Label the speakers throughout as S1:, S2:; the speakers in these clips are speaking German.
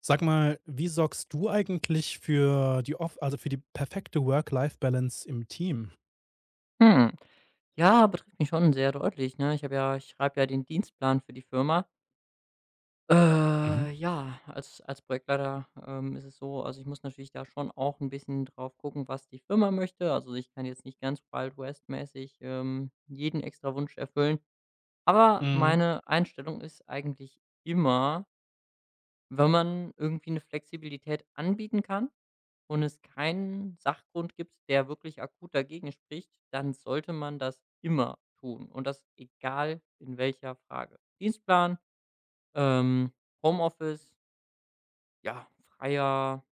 S1: Sag mal, wie sorgst du eigentlich für die off also für die perfekte Work-Life-Balance im Team?
S2: Hm. Ja, betrifft mich schon sehr deutlich, ne? Ich schreibe ja den Dienstplan für die Firma.
S1: Mhm.
S2: Als Projektleiter, ist es so also, ich muss natürlich da schon auch ein bisschen drauf gucken, was die Firma möchte. Also, ich kann jetzt nicht ganz Wild West-mäßig, jeden extra Wunsch erfüllen. Aber
S1: Mhm.
S2: meine Einstellung ist eigentlich immer, wenn man irgendwie eine Flexibilität anbieten kann und es keinen Sachgrund gibt, der wirklich akut dagegen spricht, dann sollte man das immer tun und das egal in welcher Frage. Dienstplan, ähm, Homeoffice, ja, freier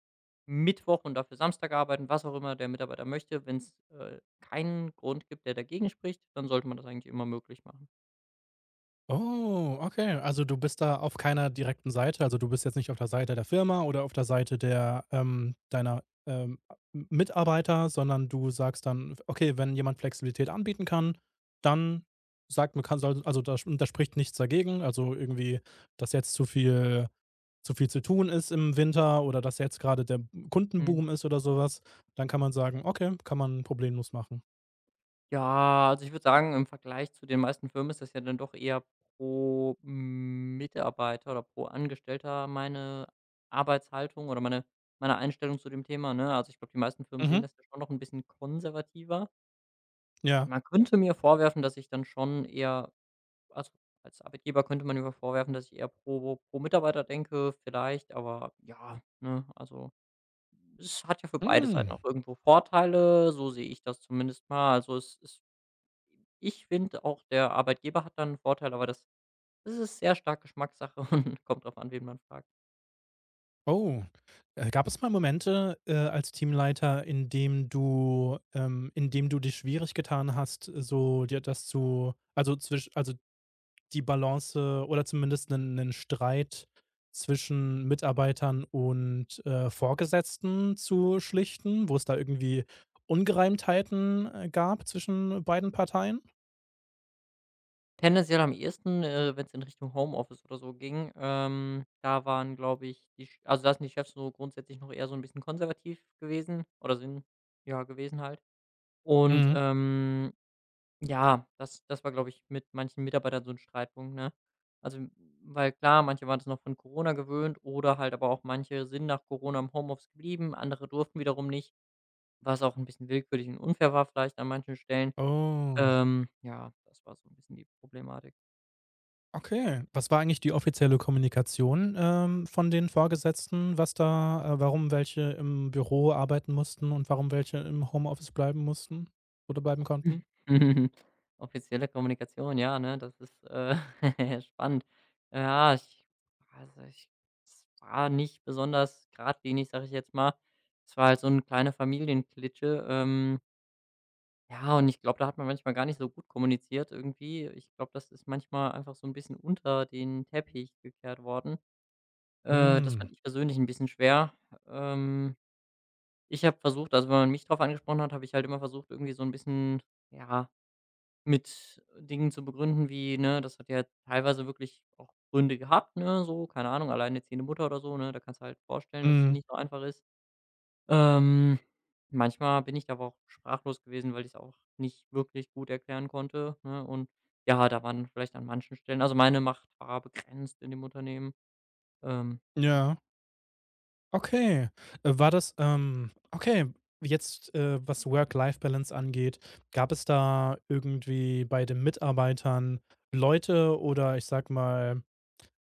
S2: Mittwoch und dafür Samstag arbeiten, was auch immer der Mitarbeiter möchte. Wenn es keinen Grund gibt, der dagegen spricht, dann sollte man das eigentlich immer möglich machen.
S1: Oh, okay. Also, du bist da auf keiner direkten Seite. Also, du bist jetzt nicht auf der Seite der Firma oder auf der Seite deiner, M Mitarbeiter, sondern du sagst dann: „Okay, wenn jemand Flexibilität anbieten kann, dann sagt man kann soll“, also, da spricht nichts dagegen. Also, irgendwie, dass jetzt zu viel zu tun ist im Winter oder dass jetzt gerade der Kundenboom ist oder sowas, dann kann man sagen: „Okay, kann man problemlos machen.“
S2: Ja, also ich würde sagen, im Vergleich zu den meisten Firmen ist das ja dann doch eher pro Mitarbeiter oder pro Angestellter meine Arbeitshaltung oder meine Einstellung zu dem Thema, ne? Also, ich glaube, die meisten Firmen
S1: Mhm,
S2: sehen das ja schon noch ein bisschen konservativer. Ich
S1: ja.
S2: man könnte mir vorwerfen, dass ich dann schon eher also, als Arbeitgeber könnte man mir vorwerfen, dass ich eher pro Mitarbeiter denke vielleicht, aber ja, ne, also, es hat ja für beide
S1: Hm,
S2: Seiten auch irgendwo Vorteile, so sehe ich das zumindest mal. Also, es ich finde auch, der Arbeitgeber hat dann 'n Vorteil, aber das ist sehr stark Geschmackssache und kommt drauf an, wen man fragt.
S1: oh. Gab es mal Momente, als Teamleiter, in dem du dich schwierig getan hast, so dir das zu also, also die Balance oder zumindest einen Streit zwischen Mitarbeitern und, Vorgesetzten zu schlichten, wo es da irgendwie Ungereimtheiten, gab zwischen beiden Parteien?
S2: Tendenziell am ehesten, wenn es in Richtung Homeoffice oder so ging, da waren, glaube ich, die Ch also, da sind die Chefs so grundsätzlich noch eher so ein bisschen konservativ gewesen oder sind ja, gewesen halt. Und,
S1: Mhm.
S2: ähm, ja, das war, glaube ich, mit manchen Mitarbeitern so ein Streitpunkt, ne? Also, m- weil klar, manche waren es noch von Corona gewöhnt oder halt aber auch manche sind nach Corona im Homeoffice geblieben, andere durften wiederum nicht. Was auch ein bisschen willkürlich und unfair war vielleicht an manchen Stellen.
S1: Oh,
S2: Ja, das war so ein bisschen die Problematik.
S1: okay. Was war eigentlich die offizielle Kommunikation, von den Vorgesetzten, was da warum welche im Büro arbeiten mussten und warum welche im Homeoffice bleiben mussten oder bleiben konnten?
S2: Offizielle Kommunikation, ja, ne, das ist, spannend. Ja, ich ich es war nicht besonders geradlinig, sage ich jetzt mal. Es war halt so 'ne kleine Familienklitsche, ja, und ich glaube, da hat man manchmal gar nicht so gut kommuniziert irgendwie. Ich glaube, das ist manchmal einfach so ein bisschen unter den Teppich gekehrt worden. Das
S1: Mhm.
S2: fand ich persönlich ein bisschen schwer. Ähm Ich habe versucht also, wenn man mich drauf angesprochen hat, habe ich halt immer versucht, irgendwie so ein bisschen, ja, mit Dingen zu begründen wie, ne, das hat ja teilweise wirklich auch Gründe gehabt, ne, so, keine Ahnung, alleinerziehende Mutter oder so, ne? Da kannst du halt vorstellen, dass es
S1: Mhm.
S2: nicht so einfach ist. Ähm, manchmal bin ich da aber auch sprachlos gewesen, weil ich es auch nicht wirklich gut erklären konnte, ne? Und ja, da waren vielleicht an manchen Stellen also, meine Macht war begrenzt in dem Unternehmen. Ja.
S1: Ja. Okay. Okay, jetzt, was Work-Life-Balance angeht, gab es da irgendwie bei den Mitarbeitern Leute oder ich sag mal,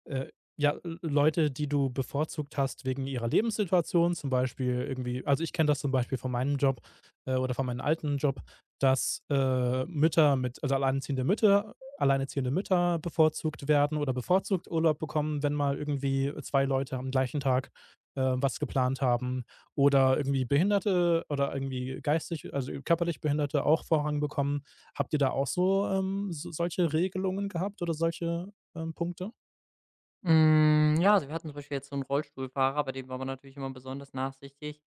S1: äh, ja, Leute, die du bevorzugt hast wegen ihrer Lebenssituation, zum Beispiel irgendwie also, ich kenne das zum Beispiel von meinem Job, oder von meinem alten Job, dass, Mütter mit also, alleinerziehende Mütter bevorzugt werden oder bevorzugt Urlaub bekommen, wenn mal irgendwie 2 Leute am gleichen Tag, was geplant haben oder irgendwie Behinderte oder irgendwie geistig also, körperlich Behinderte auch Vorrang bekommen. Habt ihr da auch so, so solche Regelungen gehabt oder solche, Punkte?
S2: Hm, ja, also wir hatten zum Beispiel jetzt so einen Rollstuhlfahrer, bei dem war man natürlich immer besonders nachsichtig,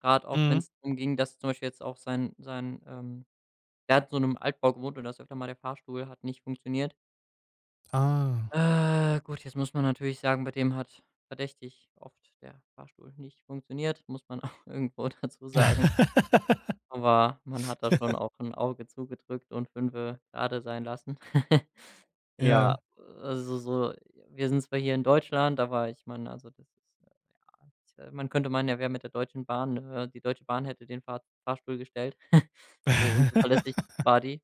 S2: gerade auch
S1: Mhm.
S2: wenn's drum ging, dass zum Beispiel jetzt auch sein der hat in so 'nem Altbau gewohnt und da ist öfter mal der Fahrstuhl hat nicht funktioniert.
S1: Ah.
S2: Gut, jetzt muss man natürlich sagen, bei dem hat verdächtig oft der Fahrstuhl nicht funktioniert, muss man auch irgendwo dazu sagen. Aber man hat da schon auch ein Auge zugedrückt und Fünfe gerade sein lassen. Ja,
S1: Ja.
S2: also so wir sind zwar hier in Deutschland, aber ich meine, also das ist man könnte meinen, er wäre mit der Deutschen Bahn die Deutsche Bahn hätte den Fahrstuhl gestellt. So unzuverlässig war die.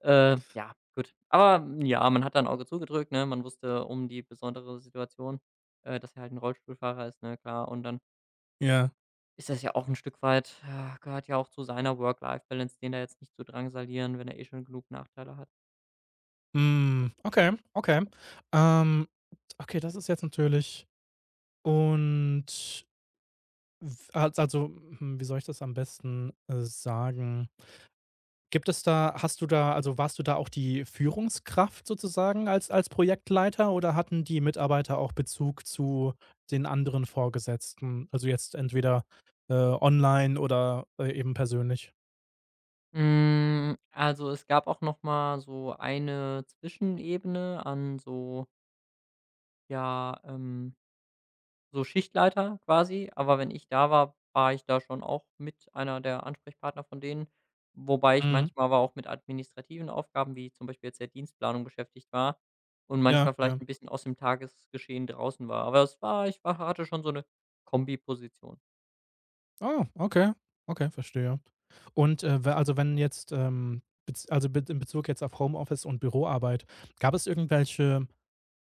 S2: Ja, gut. Aber mm, ja, man hat da 'n Auge zugedrückt, ne? Man wusste um die besondere Situation, dass er halt ein Rollstuhlfahrer ist, ne, klar. Und dann
S1: Ja.
S2: ist das ja auch ein Stück weit ja, gehört ja auch zu seiner Work-Life-Balance, den da jetzt nicht zu drangsalieren, wenn er eh schon genug Nachteile hat.
S1: Hm, okay, okay. Ähm, okay, das ist jetzt natürlich und w als also, hm, wie soll ich das am besten, sagen? Gibt es da hast du da also, warst du da auch die Führungskraft sozusagen als Projektleiter oder hatten die Mitarbeiter auch Bezug zu den anderen Vorgesetzten? Also, jetzt entweder, online oder, eben persönlich?
S2: Hm, also, es gab auch noch mal so eine Zwischenebene an so, ja, so Schichtleiter quasi, aber wenn ich da war, war ich da schon auch mit einer der Ansprechpartner von denen, wobei ich
S1: Mhm.
S2: manchmal aber auch mit administrativen Aufgaben, wie zum Beispiel jetzt der Dienstplanung beschäftigt war und
S1: Ja,
S2: manchmal
S1: ja.
S2: vielleicht ein bisschen aus dem Tagesgeschehen draußen war. Aber es war ich war hatte schon so eine Kombiposition.
S1: Ah, okay. Okay, verstehe. Und, we also, wenn jetzt, bez also, be in Bezug jetzt auf Homeoffice und Büroarbeit, gab es irgendwelche,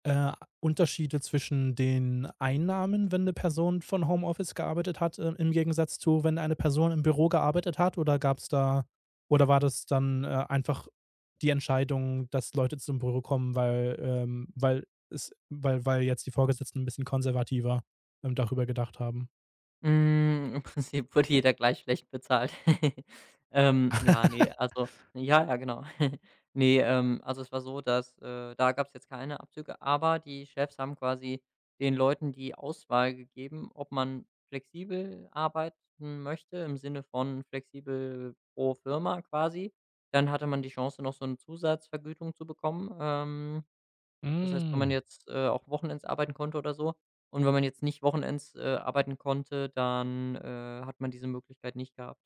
S1: äh, Unterschiede zwischen den Einnahmen, wenn eine Person von Homeoffice gearbeitet hat, im Gegensatz zu, wenn eine Person im Büro gearbeitet hat? Oder gab es da oder war das dann, einfach die Entscheidung, dass Leute zum Büro kommen, weil, weil es weil weil jetzt die Vorgesetzten ein bisschen konservativer, darüber gedacht haben?
S2: Hm, im Prinzip wurde jeder gleich schlecht bezahlt. Ja, ne, also ja, ja, genau. Ne, also es war so, dass, da gab es jetzt keine Abzüge, aber die Chefs haben quasi den Leuten die Auswahl gegeben, ob man flexibel arbeiten möchte, im Sinne von flexibel pro Firma quasi. Dann hatte man die Chance, noch so eine Zusatzvergütung zu bekommen, das heißt, wenn man
S1: Hm.
S2: jetzt, auch wochenends arbeiten konnte oder so und wenn man jetzt nicht wochenends, arbeiten konnte, dann, hat man diese Möglichkeit nicht gehabt.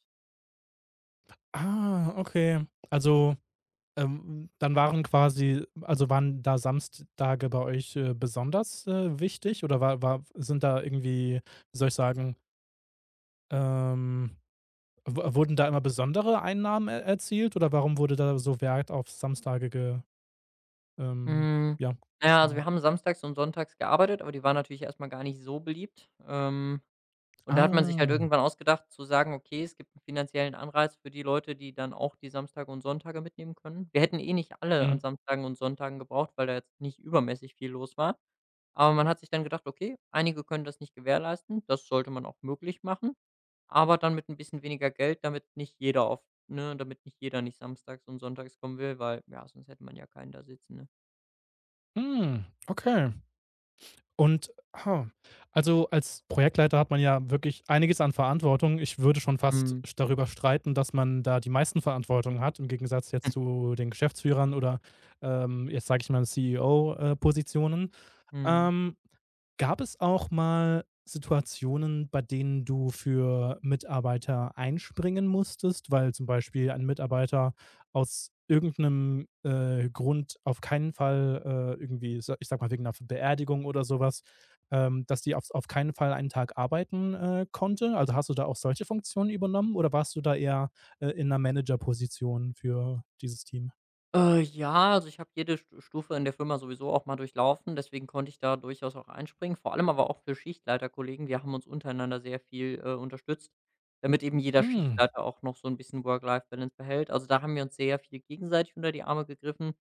S1: Ah, okay. Also, dann waren quasi also, waren da Samstage bei euch, besonders, wichtig oder war war sind da irgendwie, wie soll ich sagen, ähm, w wurden da immer besondere Einnahmen e erzielt oder warum wurde da so Wert auf Samstage ähm,
S2: Hm,
S1: ja,
S2: na ja, also
S1: gezogen?
S2: wir haben samstags und sonntags gearbeitet, aber die waren natürlich erst mal gar nicht so beliebt. Und da hat man sich halt
S1: Ah,
S2: irgendwann ausgedacht zu sagen: „Okay, es gibt einen finanziellen Anreiz für die Leute, die dann auch die Samstage und Sonntage mitnehmen können.“ Wir hätten eh nicht alle
S1: mhm.
S2: an Samstagen und Sonntagen gebraucht, weil da jetzt nicht übermäßig viel los war. Aber man hat sich dann gedacht: „Okay, einige können das nicht gewährleisten. Das sollte man auch möglich machen.“ Aber dann mit ein bisschen weniger Geld, damit nicht jeder auf ne, damit nicht jeder nicht samstags und sonntags kommen will, weil, ja, sonst hätte man ja keinen da sitzen, ne?
S1: Hm, okay. Und, ha, also als Projektleiter hat man ja wirklich einiges an Verantwortung. Ich würde schon fast
S2: Mhm.
S1: darüber streiten, dass man da die meisten Verantwortung hat, im Gegensatz jetzt zu den Geschäftsführern oder jetzt sage ich mal CEO-Positionen.
S2: Mhm.
S1: Ähm, Gab es auch mal Situationen, bei denen du für Mitarbeiter einspringen musstest, weil zum Beispiel ein Mitarbeiter aus irgendeinem Grund auf keinen Fall irgendwie, ich sag mal wegen einer Beerdigung oder sowas, dass die auf keinen Fall einen Tag arbeiten konnte? Also, hast du da auch solche Funktionen übernommen oder warst du da eher in einer Managerposition für dieses Team?
S2: Ja, also ich habe jede Stufe in der Firma sowieso auch mal durchlaufen, deswegen konnte ich da durchaus auch einspringen. Vor allem aber auch für Schichtleiterkollegen, wir haben uns untereinander sehr viel, unterstützt, damit eben jeder
S1: Mm,
S2: Schichtleiter auch noch so ein bisschen Work-Life-Balance behält. Also, da haben wir uns sehr viel gegenseitig unter die Arme gegriffen,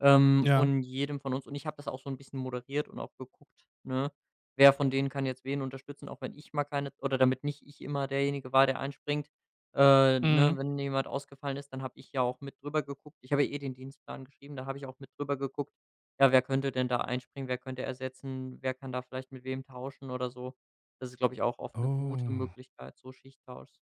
S1: ja.
S2: und jedem von uns und ich habe das auch so ein bisschen moderiert und auch geguckt, ne, wer von denen kann jetzt wen unterstützen, auch wenn ich mal keine oder damit nicht ich immer derjenige war, der einspringt.
S1: Mm.
S2: Ne, wenn jemand ausgefallen ist, dann habe ich ja auch mit drüber geguckt. Ich habe ja eh den Dienstplan geschrieben, da habe ich auch mit drüber geguckt. Ja, wer könnte denn da einspringen? Wer könnte ersetzen? Wer kann da vielleicht mit wem tauschen oder so? Das ist, glaube ich, auch oft eine gute
S1: Oh.
S2: Möglichkeit, so Schichttauschs.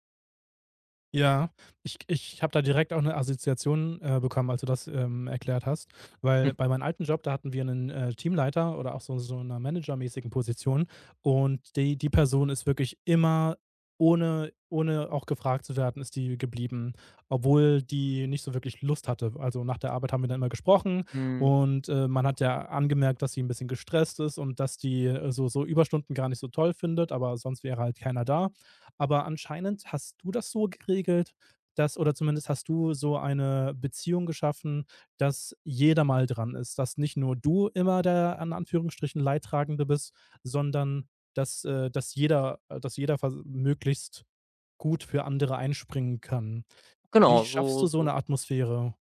S1: Ja, ich habe da direkt auch eine Assoziation, bekommen, als du das, erklärt hast, weil bei meinem alten Job, da hatten wir einen Teamleiter oder auch so so 'ner managermäßigen Position und die Person ist wirklich immer ohne auch gefragt zu werden, ist die geblieben, obwohl die nicht so wirklich Lust hatte. Also, nach der Arbeit haben wir dann immer gesprochen
S2: Mhm.
S1: und, man hat ja angemerkt, dass sie ein bisschen gestresst ist und dass die, so so Überstunden gar nicht so toll findet, aber sonst wäre halt keiner da. Aber anscheinend hast du das so geregelt, dass oder zumindest hast du so eine Beziehung geschaffen, dass jeder mal dran ist, dass nicht nur du immer der an Anführungsstrichen Leidtragende bist, sondern dass, dass jeder vers möglichst gut für andere einspringen kann. Wie
S2: Genau,
S1: schaffst du
S2: so
S1: so eine
S2: so
S1: Atmosphäre?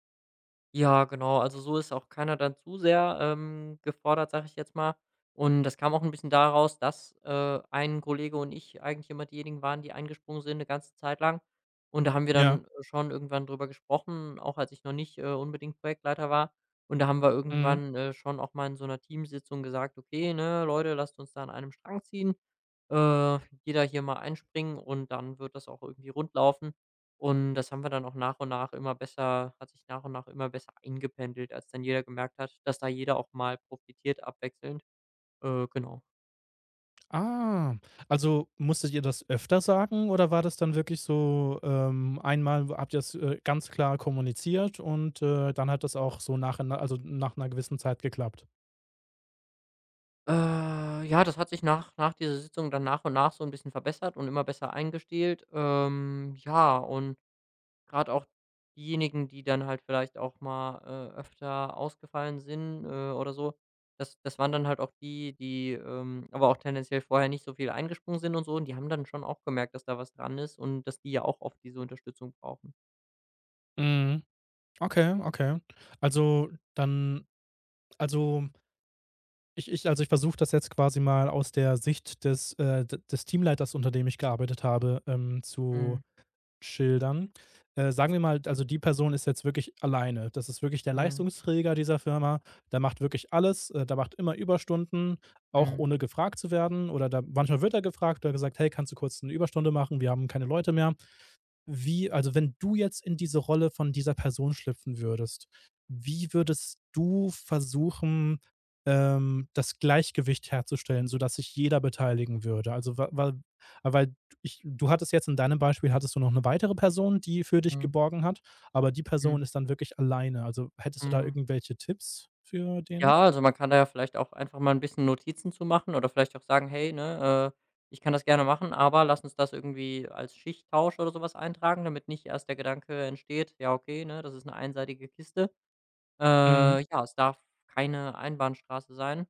S2: ja, genau. Also, so ist auch keiner dann zu sehr, gefordert, sage ich jetzt mal. Und das kam auch ein bisschen daraus, dass, ein Kollege und ich eigentlich immer diejenigen waren, die eingesprungen sind eine ganze Zeit lang. Und da haben wir
S1: Ja,
S2: dann schon irgendwann drüber gesprochen, auch als ich noch nicht, unbedingt Projektleiter war. Und da haben wir
S1: mhm.
S2: irgendwann, schon auch mal in so einer Teamsitzung gesagt: „Okay, ne, Leute, lasst uns da an einem Strang ziehen. Äh, jeder hier mal einspringen und dann wird das auch irgendwie rund laufen.“ Und das haben wir dann auch nach und nach immer besser hat sich nach und nach immer besser eingependelt, als dann jeder gemerkt hat, dass da jeder auch mal profitiert abwechselnd. Genau.
S1: Ah, also musstet ihr das öfter sagen oder war das dann wirklich so, einmal habt ihr es ganz klar kommuniziert und, dann hat das auch so nach also nach einer gewissen Zeit geklappt?
S2: Ja, das hat sich nach dieser Sitzung dann nach und nach so ein bisschen verbessert und immer besser eingestielt. Ja, und gerade auch diejenigen, die dann halt vielleicht auch mal, öfter ausgefallen sind, oder so. Das waren dann halt auch die, die, aber auch tendenziell vorher nicht so viel eingesprungen sind und so und die haben dann schon auch gemerkt, dass da was dran ist und dass die ja auch oft diese Unterstützung brauchen.
S1: Mhm. Okay, okay. Also, dann also, ich ich also, ich versuche das jetzt quasi mal aus der Sicht des, d des Teamleiters, unter dem ich gearbeitet habe, zu
S2: Mhm.
S1: schildern. Sagen wir mal, also die Person ist jetzt wirklich alleine. Das ist wirklich der
S2: Mhm.
S1: Leistungsträger dieser Firma. Der macht wirklich alles. Der macht immer Überstunden, auch
S2: Mhm.
S1: ohne gefragt zu werden. Oder da, manchmal wird er gefragt oder gesagt, hey, kannst du kurz eine Überstunde machen? Wir haben keine Leute mehr. Wie Also, wenn du jetzt in diese Rolle von dieser Person schlüpfen würdest, wie würdest du versuchen, das Gleichgewicht herzustellen, sodass sich jeder beteiligen würde? Also, wa wa weil ich Du hattest jetzt in deinem Beispiel hattest du noch eine weitere Person, die für dich
S2: Mhm.
S1: geborgen hat, aber die Person
S2: Mhm.
S1: ist dann wirklich alleine. Also, hättest du da
S2: Mhm.
S1: irgendwelche Tipps für den?
S2: Ja, also man kann da ja vielleicht auch einfach mal ein bisschen Notizen zu machen oder vielleicht auch sagen: „Hey, ne, ich kann das gerne machen, aber lass uns das irgendwie als Schichttausch oder sowas eintragen“, damit nicht erst der Gedanke entsteht: „Ja, okay, ne, das ist eine einseitige Kiste.“
S1: Mhm,
S2: Ja, es darf keine Einbahnstraße sein.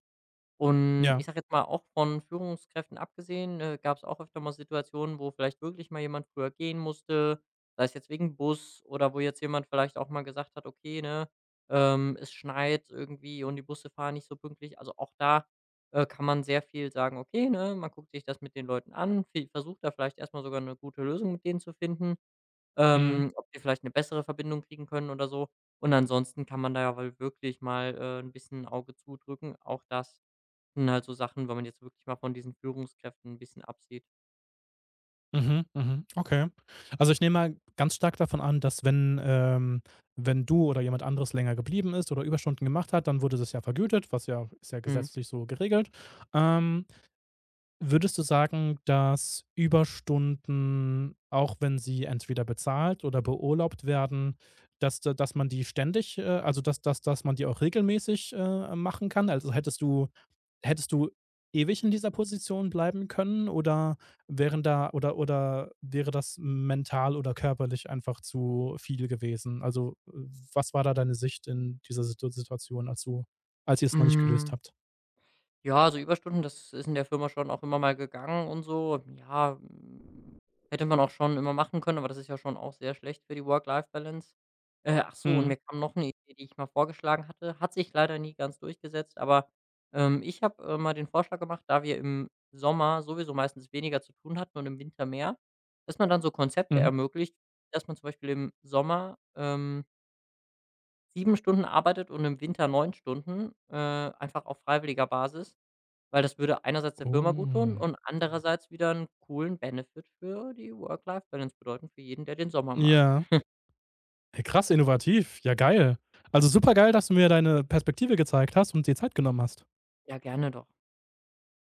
S2: Und
S1: ja,
S2: ich sage jetzt mal, auch von Führungskräften abgesehen, gab es auch öfter mal Situationen, wo vielleicht wirklich mal jemand früher gehen musste, sei es jetzt wegen Bus oder wo jetzt jemand vielleicht auch mal gesagt hat: „Okay, ne, es schneit irgendwie und die Busse fahren nicht so pünktlich.“ Also, auch da, kann man sehr viel sagen: „Okay, ne, man guckt sich das mit den Leuten an, vi versucht da vielleicht erstmal sogar eine gute Lösung mit denen zu finden,
S1: mhm.
S2: ob die vielleicht eine bessere Verbindung kriegen können oder so.“ Und ansonsten kann man da ja wohl wirklich mal, 'n bisschen ein Auge zudrücken. Auch das und halt so Sachen, wenn man jetzt wirklich mal von diesen Führungskräften ein bisschen absieht.
S1: Mhm, mhm, okay. Also, ich nehme mal ganz stark davon an, dass wenn du oder jemand anderes länger geblieben ist oder Überstunden gemacht hat, dann wurde das ja vergütet, was ist ja
S2: Mhm.
S1: gesetzlich so geregelt. Ähm, würdest du sagen, dass Überstunden, auch wenn sie entweder bezahlt oder beurlaubt werden, dass man die ständig, also, dass man die auch regelmäßig, machen kann? Also, hättest du ewig in dieser Position bleiben können oder wären da oder wäre das mental oder körperlich einfach zu viel gewesen? Also, was war da deine Sicht in dieser Situation, als du als ihr es noch nicht
S2: Hm,
S1: gelöst
S2: mm,
S1: habt?
S2: ja, also Überstunden, das ist in der Firma schon auch immer mal gegangen und so. Ja, hm, hätte man auch schon immer machen können, aber das ist ja schon auch sehr schlecht für die Work-Life-Balance. Ach so, und
S1: Mhm.
S2: mir kam noch eine Idee, die ich mal vorgeschlagen hatte, hat sich leider nie ganz durchgesetzt, aber, ich habe, mal den Vorschlag gemacht, da wir im Sommer sowieso meistens weniger zu tun hatten und im Winter mehr, dass man dann so Konzepte
S1: Mhm.
S2: ermöglicht, dass man zum Beispiel im Sommer, 7 Stunden arbeitet und im Winter 9 Stunden, einfach auf freiwilliger Basis, weil das würde einerseits der Firma gut tun
S1: Oh.
S2: und andererseits wieder 'n coolen Benefit für die Work-Life-Balance bedeuten, für jeden, der den Sommer mag.
S1: Ja. Hey, krass innovativ. Ja, geil. Also, super geil, dass du mir deine Perspektive gezeigt hast und dir Zeit genommen hast.
S2: Ja, gerne doch.